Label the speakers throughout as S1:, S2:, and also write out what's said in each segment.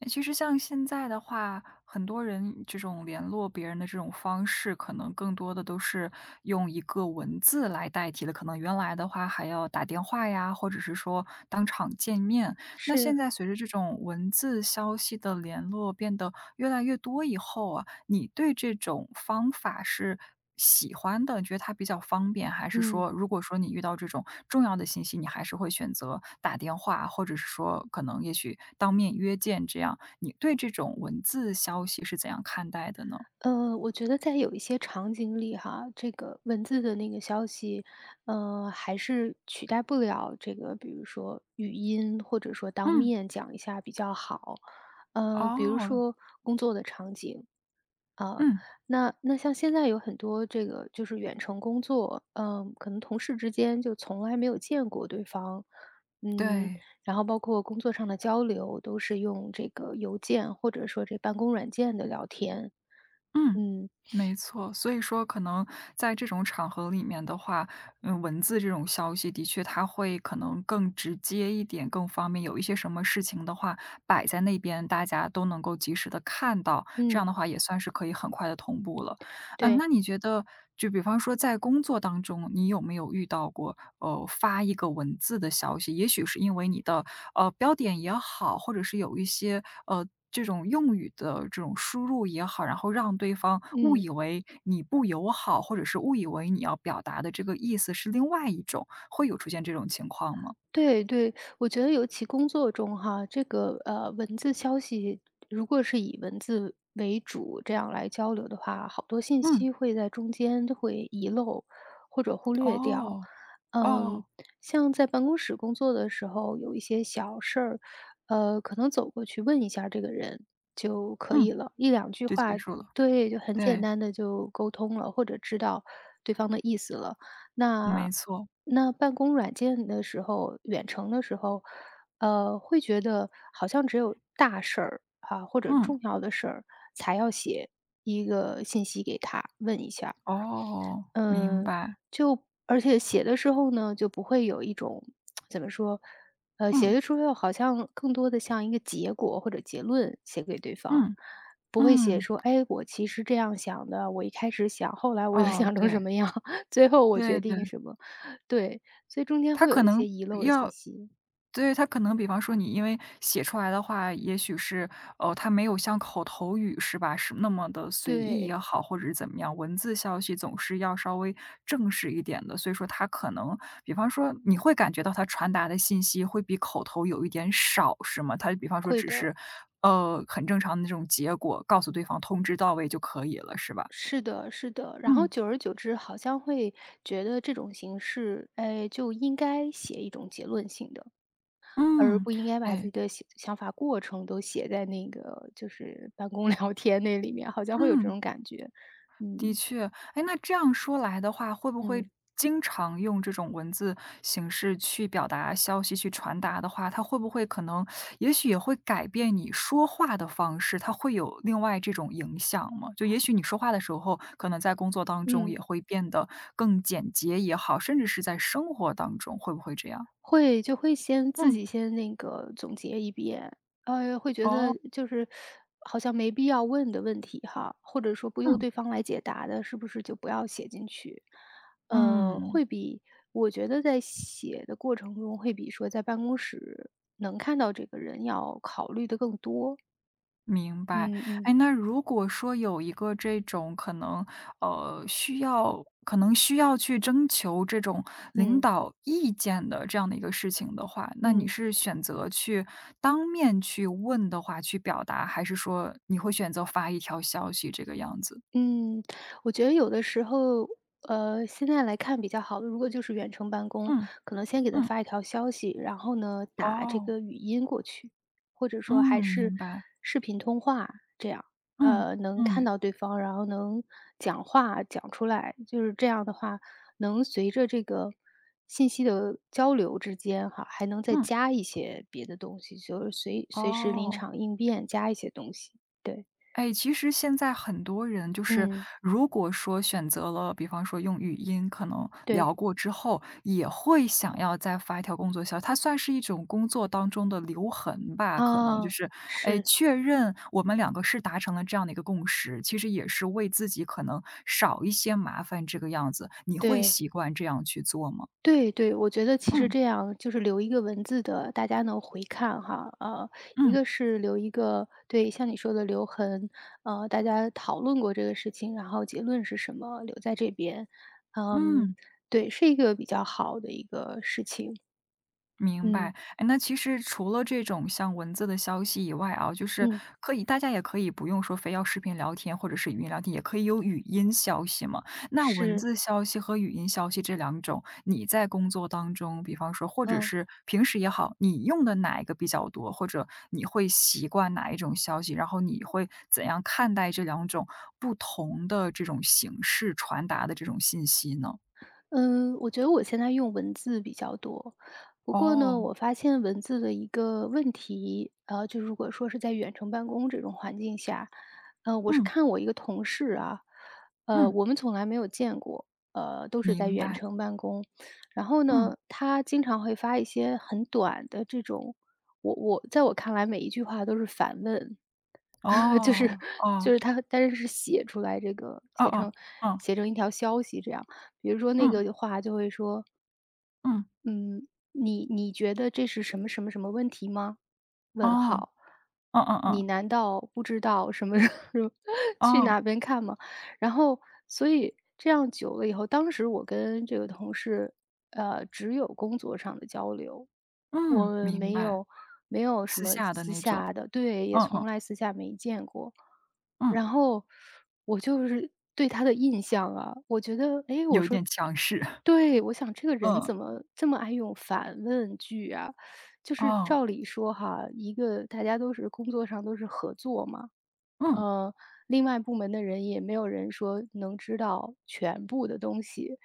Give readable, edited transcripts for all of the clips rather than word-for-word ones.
S1: 诶其实像现在的话，很多人这种联络别人的这种方式，可能更多的都是用一个文字来代替了。可能原来的话还要打电话呀，或者是说当场见面。那现
S2: 是，
S1: 在随着这种文字消息的联络变得越来越多以后啊，你对这种方法是喜欢的，你觉得它比较方便，还是
S2: 嗯，
S1: 说如果说你遇到这种重要的信息，你还是会选择打电话，或者是说可能也许当面约见这样，你对这种文字消息是怎样看待的呢？
S2: 我觉得在有一些场景里哈，这个文字的那个消息，还是取代不了这个，比如说语音，或者说当
S1: 嗯，
S2: 面讲一下比较好。比如
S1: 哦，
S2: 说工作的场景，啊，
S1: 嗯，
S2: 那像现在有很多这个就是远程工作，可能同事之间就从来没有见过对方，嗯，
S1: 对。
S2: 然后包括工作上的交流都是用这个邮件或者说这办公软件的聊天。
S1: 嗯，
S2: 嗯。
S1: 没错。所以说，可能在这种场合里面的话，嗯，文字这种消息的确它会可能更直接一点，更方便。有一些什么事情的话，摆在那边，大家都能够及时的看到，这样
S2: 嗯。
S1: 的话也算是可以很快的同步了。嗯，那
S2: 对。
S1: 你觉得就比方说在工作当中，你有没有遇到过，呃，发一个文字的消息，也许是因为你的，标点也好，或者是有一些，这种用语的这种输入也好，然后让对方误
S2: 嗯。
S1: 以为你不友好，或者是误以为你要表达的这个意思是另外一种，会有出现这种情况吗？
S2: 对对。我觉得尤其工作中哈，这个文字消息，如果是以文字为主这样来交流的话，好多信
S1: 嗯，
S2: 息会在中间就会遗漏或者忽略掉。
S1: 哦，
S2: 嗯。
S1: 哦，
S2: 像在办公室工作的时候，有一些小事儿，可能走过去问一下这个人就可以
S1: 嗯，
S2: 了，一两句
S1: 就结
S2: 话，
S1: 束了。
S2: 对，就很简
S1: 对，
S2: 单的就沟通了，或者知道对方的意思了。
S1: 没
S2: 那
S1: 错。
S2: 那办公软件的时候，远程的时候，会觉得好像只有大事儿啊，或者
S1: 嗯，
S2: 重要的事儿才要写一个信息给他问一下。
S1: 哦，明
S2: 嗯，
S1: 白。
S2: 就而且写的时候呢，就不会有一种怎么说，写
S1: 嗯，
S2: 的时候好像更多的像一个结果或者结论写给对方，
S1: 嗯。
S2: 不会写
S1: 嗯，
S2: 说，哎，我其实这样想的，我一开始想，后来我又
S1: 哦，
S2: 想成
S1: 对，
S2: 什么样，最后我决
S1: 对对，
S2: 定什么，对，所以中间
S1: 他
S2: 会有
S1: 可
S2: 一
S1: 能
S2: 些遗漏的信
S1: 要
S2: 息。
S1: 对，他可能比方说你因为写出来的话，也许是，哦，他没有像口头语是吧，是那么的随意
S2: 对。
S1: 也好，或者是怎么样，文字消息总是要稍微正式一点的，所以说他可能比方说你会感觉到他传达的信息会比口头有一点少，是吗？他比方说
S2: 会
S1: 只
S2: 的。
S1: 是，很正常的那种结果，告诉对方通知到位就可以了，是吧？
S2: 是的，是的。然后
S1: 嗯，
S2: 久而久之，好像会觉得这种形式，哎，就应该写一种结论性的。而
S1: 嗯，
S2: 不应该把自己
S1: 哎，
S2: 的想法过程都写在那个就是办公 聊天那里面，好像会有这
S1: 嗯。
S2: 种感觉。
S1: 的
S2: 嗯。
S1: 确，哎，那这样说来的话，会不会
S2: 嗯。
S1: 经常用这种文字形式去表达消息、去传达的话，它会不会可能也许也会改变你说话的方式，它会有另外这种影响吗？就也许你说话的时候，可能在工作当中
S2: 嗯，
S1: 也会变得更简洁也好，甚至是在生活当中，会不会这样？
S2: 会就会先自
S1: 嗯，
S2: 己先那个总结一遍，会觉
S1: 哦，
S2: 得就是好像没必要问的问题哈，或者说不由
S1: 嗯，
S2: 对方来解答的，是不是就不要写进去？呃，
S1: 嗯。
S2: 会比我觉得在写的过程中，会比说在办公室能看到这个人要考虑的更多。
S1: 明白，
S2: 嗯嗯。
S1: 哎，那如果说有一个这种可能，需要可能需要去征求这种领
S2: 嗯
S1: 导意见的这样的一个事情的话，那你
S2: 嗯
S1: 是选择去当面去问的话，去表达，还是说你会选择发一条消息这个样子？
S2: 嗯。我觉得有的时候，现在来看比较好的，如果就是远程办公，
S1: 嗯
S2: 可能先给他
S1: 嗯，
S2: 发一条消息，然后呢打这
S1: 哦，
S2: 个语音过去，或者说还
S1: 嗯，
S2: 是
S1: 明白，
S2: 视频通话这样，
S1: 嗯
S2: 能看
S1: 嗯
S2: 到对方，然后能讲话讲出来，就是这样的话，能随着这个信息的交流之间哈，还能再
S1: 嗯，
S2: 加一些别的东西，就是随时临
S1: 哦。
S2: 场应变加一些东西。对。
S1: 哎，其实现在很多人就是，
S2: 嗯。
S1: 如果说选择了，比方说用语音可能
S2: 对。
S1: 聊过之后，也会想要再发一条工作消息，它算是一种工作当中的留痕吧，可能就
S2: 啊。
S1: 是，哎，
S2: 是。
S1: 确认我们两个是达成了这样的一个共识，其实也是为自己可能少一些麻烦这个样子，你会
S2: 对。
S1: 习惯这样去做吗？
S2: 对对。我觉得其实
S1: 嗯
S2: 这样就是留一个文字的，大家能回看哈，一
S1: 嗯
S2: 个是留一个对，像你说的留痕，大家讨论过这个事情，然后结论是什么，留在这边。嗯。
S1: 嗯。
S2: 对，是一个比较好的一个事情。
S1: 明
S2: 嗯
S1: 白，哎，那其实除了这种像文字的消息以外啊，就是
S2: 嗯。
S1: 可以，大家也可以不用说非要视频聊天或者是语音聊天，也可以有语音消息嘛。那文
S2: 是。
S1: 字消息和语音消息这两种，你在工作当中，比方说或者
S2: 嗯。
S1: 是平时也好，你用的哪一个比较多，或者你会习惯哪一种消息，然后你会怎样看待这两种不同的这种形式传达的这种信息呢？
S2: 嗯。我觉得我现在用文字比较多，不过呢，
S1: 哦，
S2: 我发现文字的一个问题，就如果说是在远程办公这种环境下，我是
S1: 嗯
S2: 看我一个同事啊，
S1: 嗯，
S2: 我们从来没有见过，都是在
S1: 明
S2: 远
S1: 白，
S2: 程办公。然后
S1: 嗯。
S2: 呢，他经常会发一些很短的这种，我在我看来每一句话都是反问，就是
S1: 哦，
S2: 就
S1: 哦，
S2: 是他，但是是写出来这个写
S1: 哦
S2: 成
S1: 哦，
S2: 写成一条消息这样。比如说
S1: 嗯，
S2: 那
S1: 嗯，
S2: 个话就会说，
S1: 嗯，
S2: 嗯，你觉得这是什么什么什么问题吗？问
S1: 哦，
S2: 号。
S1: 嗯嗯
S2: 你
S1: 嗯，
S2: 难道不知道什么 什么去哪
S1: 哦，
S2: 边看吗？然后，所以这样久了以后，当时我跟这个同事，只有工作上的交流，我
S1: 嗯，
S2: 们
S1: 明
S2: 没
S1: 白，
S2: 有没有什
S1: 私
S2: 么
S1: 下的
S2: 私
S1: 那种，
S2: 下的，对，也
S1: 嗯
S2: 从
S1: 嗯，
S2: 来私下没见过。
S1: 嗯，
S2: 然后我就是对他的印象啊，我觉得，哎，我
S1: 有一
S2: 说，
S1: 点强势，
S2: 对，我想这个人
S1: 嗯，
S2: 怎么这么爱用反问句啊？就是
S1: 哦，
S2: 照理说哈，一个大家都是工作上都是合作嘛，
S1: 嗯，
S2: 呃，另外部门的人也没有人说能知道全部的东西，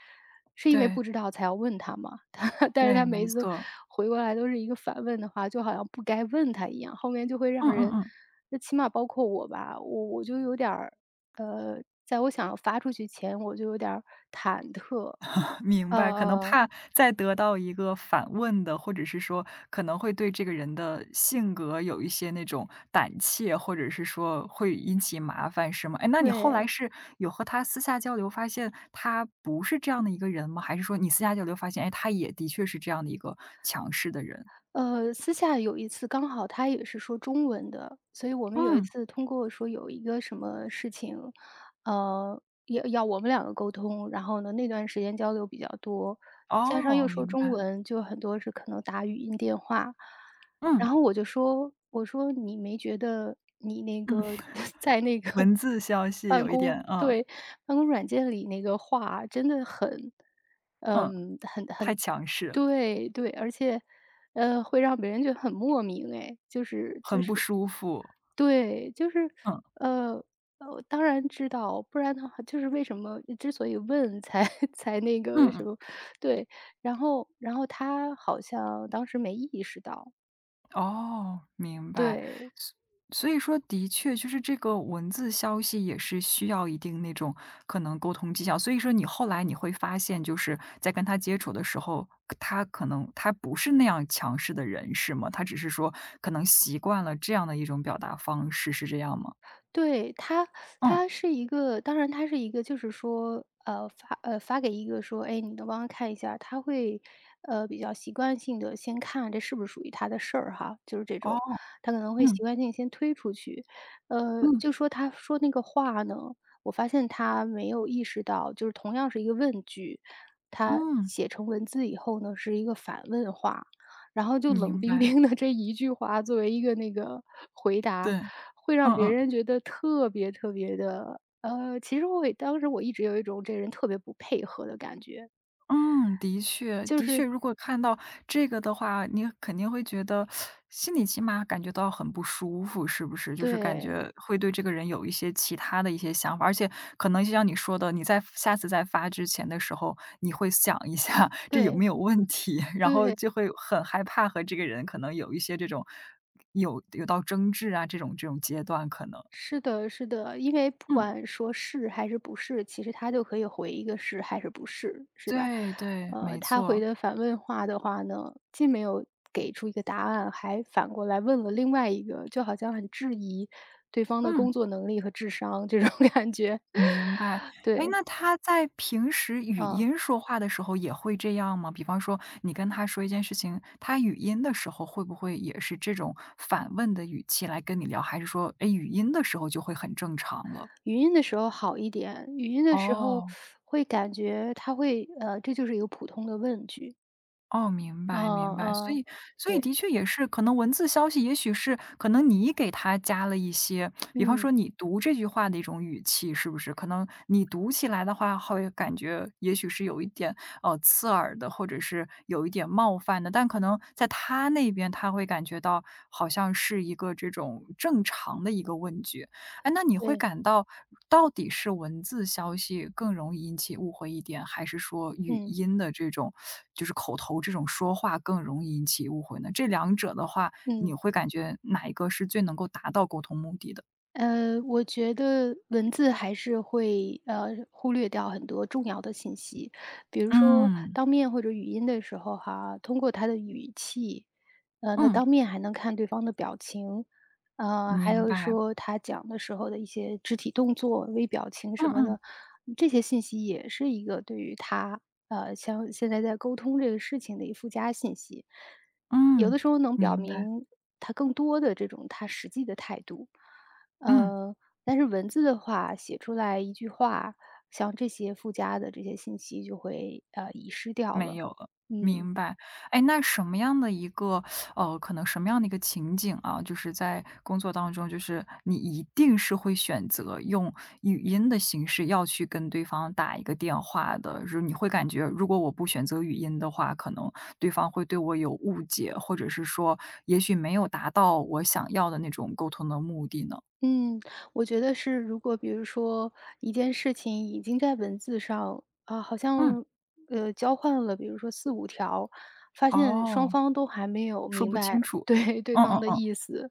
S2: 是因为
S1: 对，
S2: 不知道才要问他嘛。但是他
S1: 对，
S2: 每
S1: 没
S2: 一次
S1: 错，
S2: 回过来都是一个反问的话，就好像不该问他一样，后面就会让
S1: 嗯嗯
S2: 人。
S1: 嗯。
S2: 那起码包括我吧，我就有点儿，在我想要发出去前，我就有点儿忐忑。
S1: 明
S2: 呃
S1: 白，可能
S2: 呃，
S1: 怕再得到一个反问的，或者是说可能会对这个人的性格有一些那种胆怯，或者是说会引起麻烦，是吗？哎，那你后来
S2: 对。
S1: 是有和他私下交流，发现他不是这样的一个人吗？还是说你私下交流发现，哎，他也的确是这样的一个强势的人？
S2: 私下有一次刚好他也是说中文的，所以我们有一
S1: 嗯，
S2: 次通过说有一个什么事情，呃，要我们两个沟通。然后呢，那段时间交流比较多，加上
S1: 哦，
S2: 又说
S1: 明
S2: 中
S1: 白，
S2: 文，就很多是可能打语音电话。
S1: 嗯
S2: 然后我就说，我说你没觉得你那
S1: 嗯，
S2: 个 在那个，
S1: 文字消息有一点，嗯
S2: 对，办公软件里那个话啊真的很，
S1: 嗯，
S2: 嗯，很
S1: 太
S2: 很
S1: 强势了，
S2: 对对，而且，会让别人觉得很莫名哎，就是就
S1: 很不
S2: 是
S1: 舒服，
S2: 对，就是，
S1: 嗯
S2: 呃，当然知道，不然的话就是为什么之所以问才 才那
S1: 嗯
S2: 个什
S1: 嗯。
S2: 么，对，然后他好像当时没意识到。
S1: 哦，明白。
S2: 对。
S1: 所所以说的确就是这个文字消息也是需要一定那种可能沟通技巧，所以说你后来你会发现就是在跟他接触的时候，他可能他不是那样强势的人，是吗？他只是说可能习惯了这样的一种表达方式，是这样吗？
S2: 对。他，
S1: 嗯，
S2: 他是一个，当然他是一个就是说，发给一个说：“哎，你能帮我看一下？”他会，比较习惯性的先看这是不是属于他的事儿哈，就是这
S1: 哦，
S2: 种，他可能会习
S1: 嗯
S2: 惯性先推出去。
S1: 嗯
S2: 就说他说那个话呢，我发现他没有意识到，就是同样是一个问句，他
S1: 嗯，
S2: 写成文字以后呢，是一个反问话，然后就冷
S1: 明
S2: 冰
S1: 白，
S2: 冰的 这一句话作为一个那个回答。
S1: 对，
S2: 会
S1: 嗯
S2: 让别
S1: 嗯。
S2: 人觉得特别特别的，其实我也当时我一直有一种这人特别不配合的感觉，
S1: 嗯，的确，
S2: 就
S1: 的确，
S2: 是，
S1: 如果看到这个的话，你肯定会觉得心里起码感觉到很不舒服，是不是？就是感
S2: 对。
S1: 觉会对这个人有一些其他的一些想法，而且可能就像你说的，你在下次再发之前的时候，你会想一下这有
S2: 对。
S1: 没有问题，然后
S2: 对。
S1: 就会很害怕和这个人可能有一些这种有到争执啊这种阶段，可能
S2: 是的，是的，因为不
S1: 嗯，
S2: 管说是还是不是，其实他就可以回一个是还是不是，是吧？
S1: 对对，没
S2: 他回
S1: 错，
S2: 的反问话的话呢，既没有给出一个答案，还反过来问了另外一个，就好像很质疑对方的
S1: 嗯。
S2: 工作能力和智商这种 感觉。
S1: 明白，诶，
S2: 对。
S1: 那他在平时语
S2: 嗯。
S1: 音说话的时候也会这样吗？比方说你跟他说一件事情，他语音的时候会不会也是这种反问的语气来跟你聊，还是说，诶，语音的时候就会很正常了？
S2: 语音的时候好一点，语音的时候
S1: 哦。
S2: 会感觉它这就是一个普通的问句。
S1: 哦，明白明
S2: 嗯
S1: 白。所
S2: 嗯。
S1: 以所以
S2: 对。
S1: 的确也是，可能文字消息也许是可能你给它加了一些，比方
S2: 嗯。
S1: 说你读这句话的一种语气，是不是？可能你读起来的话，会感觉也许是有一点刺耳的，或者是有一点冒犯的，但可能在他那边他会感觉到好像是一个这种正常的一个问句。哎，那你会
S2: 对。
S1: 感到到底是文字消息更容易引起误会一点，还是说语
S2: 嗯。
S1: 音的这种就是口头这种说话更容易引起误会呢？这两者的话，你
S2: 嗯。
S1: 会感觉哪一个是最能够达到沟通目的的？
S2: 我觉得文字还是会，忽略掉很多重要的信息。比如说
S1: 嗯，
S2: 当面或者语音的时候哈，通过他的语气，那
S1: 嗯，
S2: 当面还能看对方的表情，还
S1: 明
S2: 有
S1: 白。
S2: 说他讲的时候的一些肢体动作、微表情什
S1: 嗯
S2: 么
S1: 嗯
S2: 的，这些信息也是一个对于他，像现在在沟通这个事情的一附加信息。有
S1: 嗯，
S2: 的时候能表
S1: 明白。
S2: 明他更多的这种他实际的态度。
S1: 嗯。
S2: 呃，但是文字的话，写出来一句话，像这些附加的这些信息就会，遗失掉
S1: 没
S2: 了。
S1: 有了，
S2: 嗯。
S1: 明白。哎，那什么样的一个可能什么样的一个情景啊，就是在工作当中，就是你一定是会选择用语音的形式要去跟对方打一个电话的，就是你会感觉，如果我不选择语音的话，可能对方会对我有误解，或者是说，也许没有达到我想要的那种沟通的目的呢？
S2: 嗯，我觉得是，如果比如说一件事情已经在文字上，啊，好
S1: 嗯，
S2: 像，交换了，比如说四五条，发现双
S1: 哦，
S2: 方都还没有
S1: 说
S2: 明
S1: 不
S2: 白
S1: 清楚。
S2: 对对
S1: 嗯嗯
S2: 方的
S1: 嗯，
S2: 意思，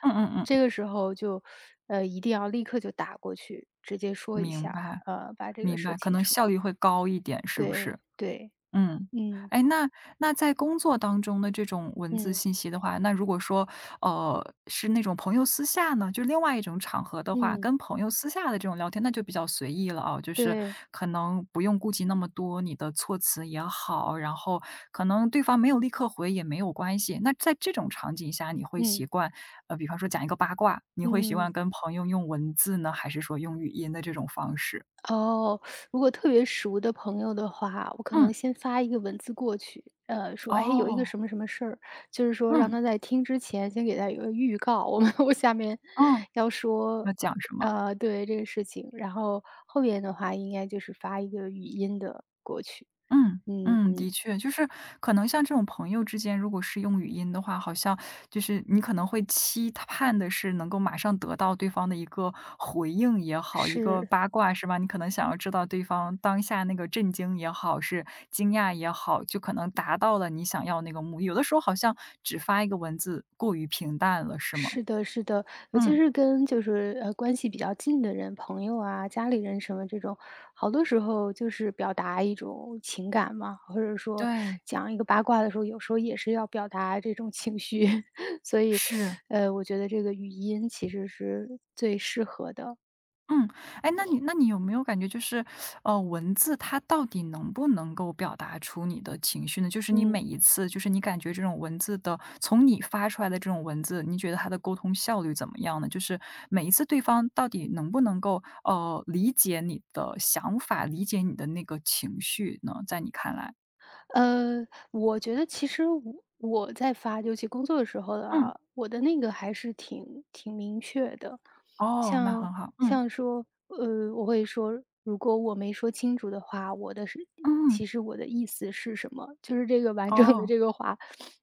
S1: 嗯嗯嗯，
S2: 这个时候就，一定要立刻就打过去，直接说一下
S1: 明
S2: 儿
S1: 白。
S2: 把这个
S1: 明
S2: 说
S1: 白，可
S2: 清
S1: 能
S2: 楚。
S1: 效率会高一点，是不
S2: 对。
S1: 是？
S2: 对。
S1: 嗯。
S2: 嗯
S1: 哎，那在工作当中的这种文字
S2: 嗯
S1: 信息的话，那如果说，是那种朋友私下呢，就另外一种场合的话，
S2: 嗯。
S1: 跟朋友私下的这种聊天，那就比较随意了啊，就是
S2: 对。
S1: 可能不用顾及那么多你的措辞也好，然后可能对方没有立刻回也没有关系。那在这种场景下，你会
S2: 嗯
S1: 习惯，比方说讲一个八卦，你会习
S2: 嗯。
S1: 惯跟朋友用文字呢，还是说用语音的这种方式？
S2: 哦，如果特别熟的朋友的话，我可
S1: 嗯。
S2: 能先发一个文字过去，说，哎，有一个
S1: 哦，
S2: 什么什么事儿，就是说让
S1: 嗯，
S2: 他在听之前先给他有个预告，我下面
S1: 嗯，
S2: 要说，
S1: 要讲什么？
S2: 对这个事情，然后后面的话应该就是发一个语音的过去。
S1: 嗯，
S2: 嗯
S1: 嗯，的
S2: 嗯。
S1: 确，就是可能像这种朋友之间，如果是用语音的话，好像就是你可能会期盼的是能够马上得到对方的一个回应也好，一个
S2: 是。
S1: 八卦是吧？你可能想要知道对方当下那个震惊也好，是惊讶也好，就可能达到了你想要那个目的。有的时候好像只发一个文字过于平淡了，是吗？
S2: 是的，是的，尤其
S1: 嗯，
S2: 是跟就是，关系比较近的人，朋友啊、家里人什么这种，好多时候就是表达一种情感嘛，或者说
S1: 对，
S2: 讲一个八卦的时候，有时候也是要表达这种情绪，所以，
S1: 是。
S2: 我觉得这个语音其实是最适合的。
S1: 嗯，哎，那你有没有感觉就是，文字它到底能不能够表达出你的情绪呢？就是你每
S2: 嗯。
S1: 一次，就是你感觉这种文字的，从你发出来的这种文字，你觉得它的沟通效率怎么样呢？就是每一次对方到底能不能够，理解你的想法，理解你的那个情绪呢？在你看来，
S2: 呃，我觉得其实我在发，尤其工作的时候
S1: 嗯，
S2: 啊，我的那个还是挺明确的。
S1: 哦，那
S2: 像
S1: 很好，嗯
S2: 像说，我会说，如果我没说清楚的话，我的是
S1: 嗯，
S2: 其实我的意思是什么，就是这个完整的
S1: 哦，
S2: 这个话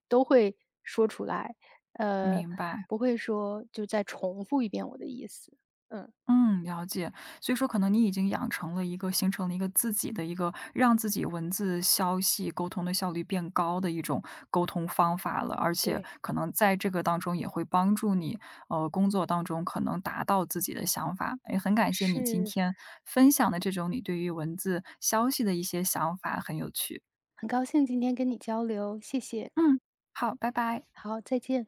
S2: 都会说出来，呃，
S1: 明白。
S2: 不会说就再重复一遍我的意思。嗯。
S1: 嗯，了解。所以说可能你已经养成了一个形成了一个自己的一个让自己文字消息沟通的效率变高的一种沟通方法了，而且
S2: 对。
S1: 可能在这个当中也会帮助你，呃，工作当中可能达到自己的想法。也很感谢你今
S2: 是。
S1: 天分享的这种你对于文字消息的一些想法，很有趣。
S2: 很高兴今天跟你交流，谢谢。
S1: 嗯，好，拜拜。
S2: 好，再见。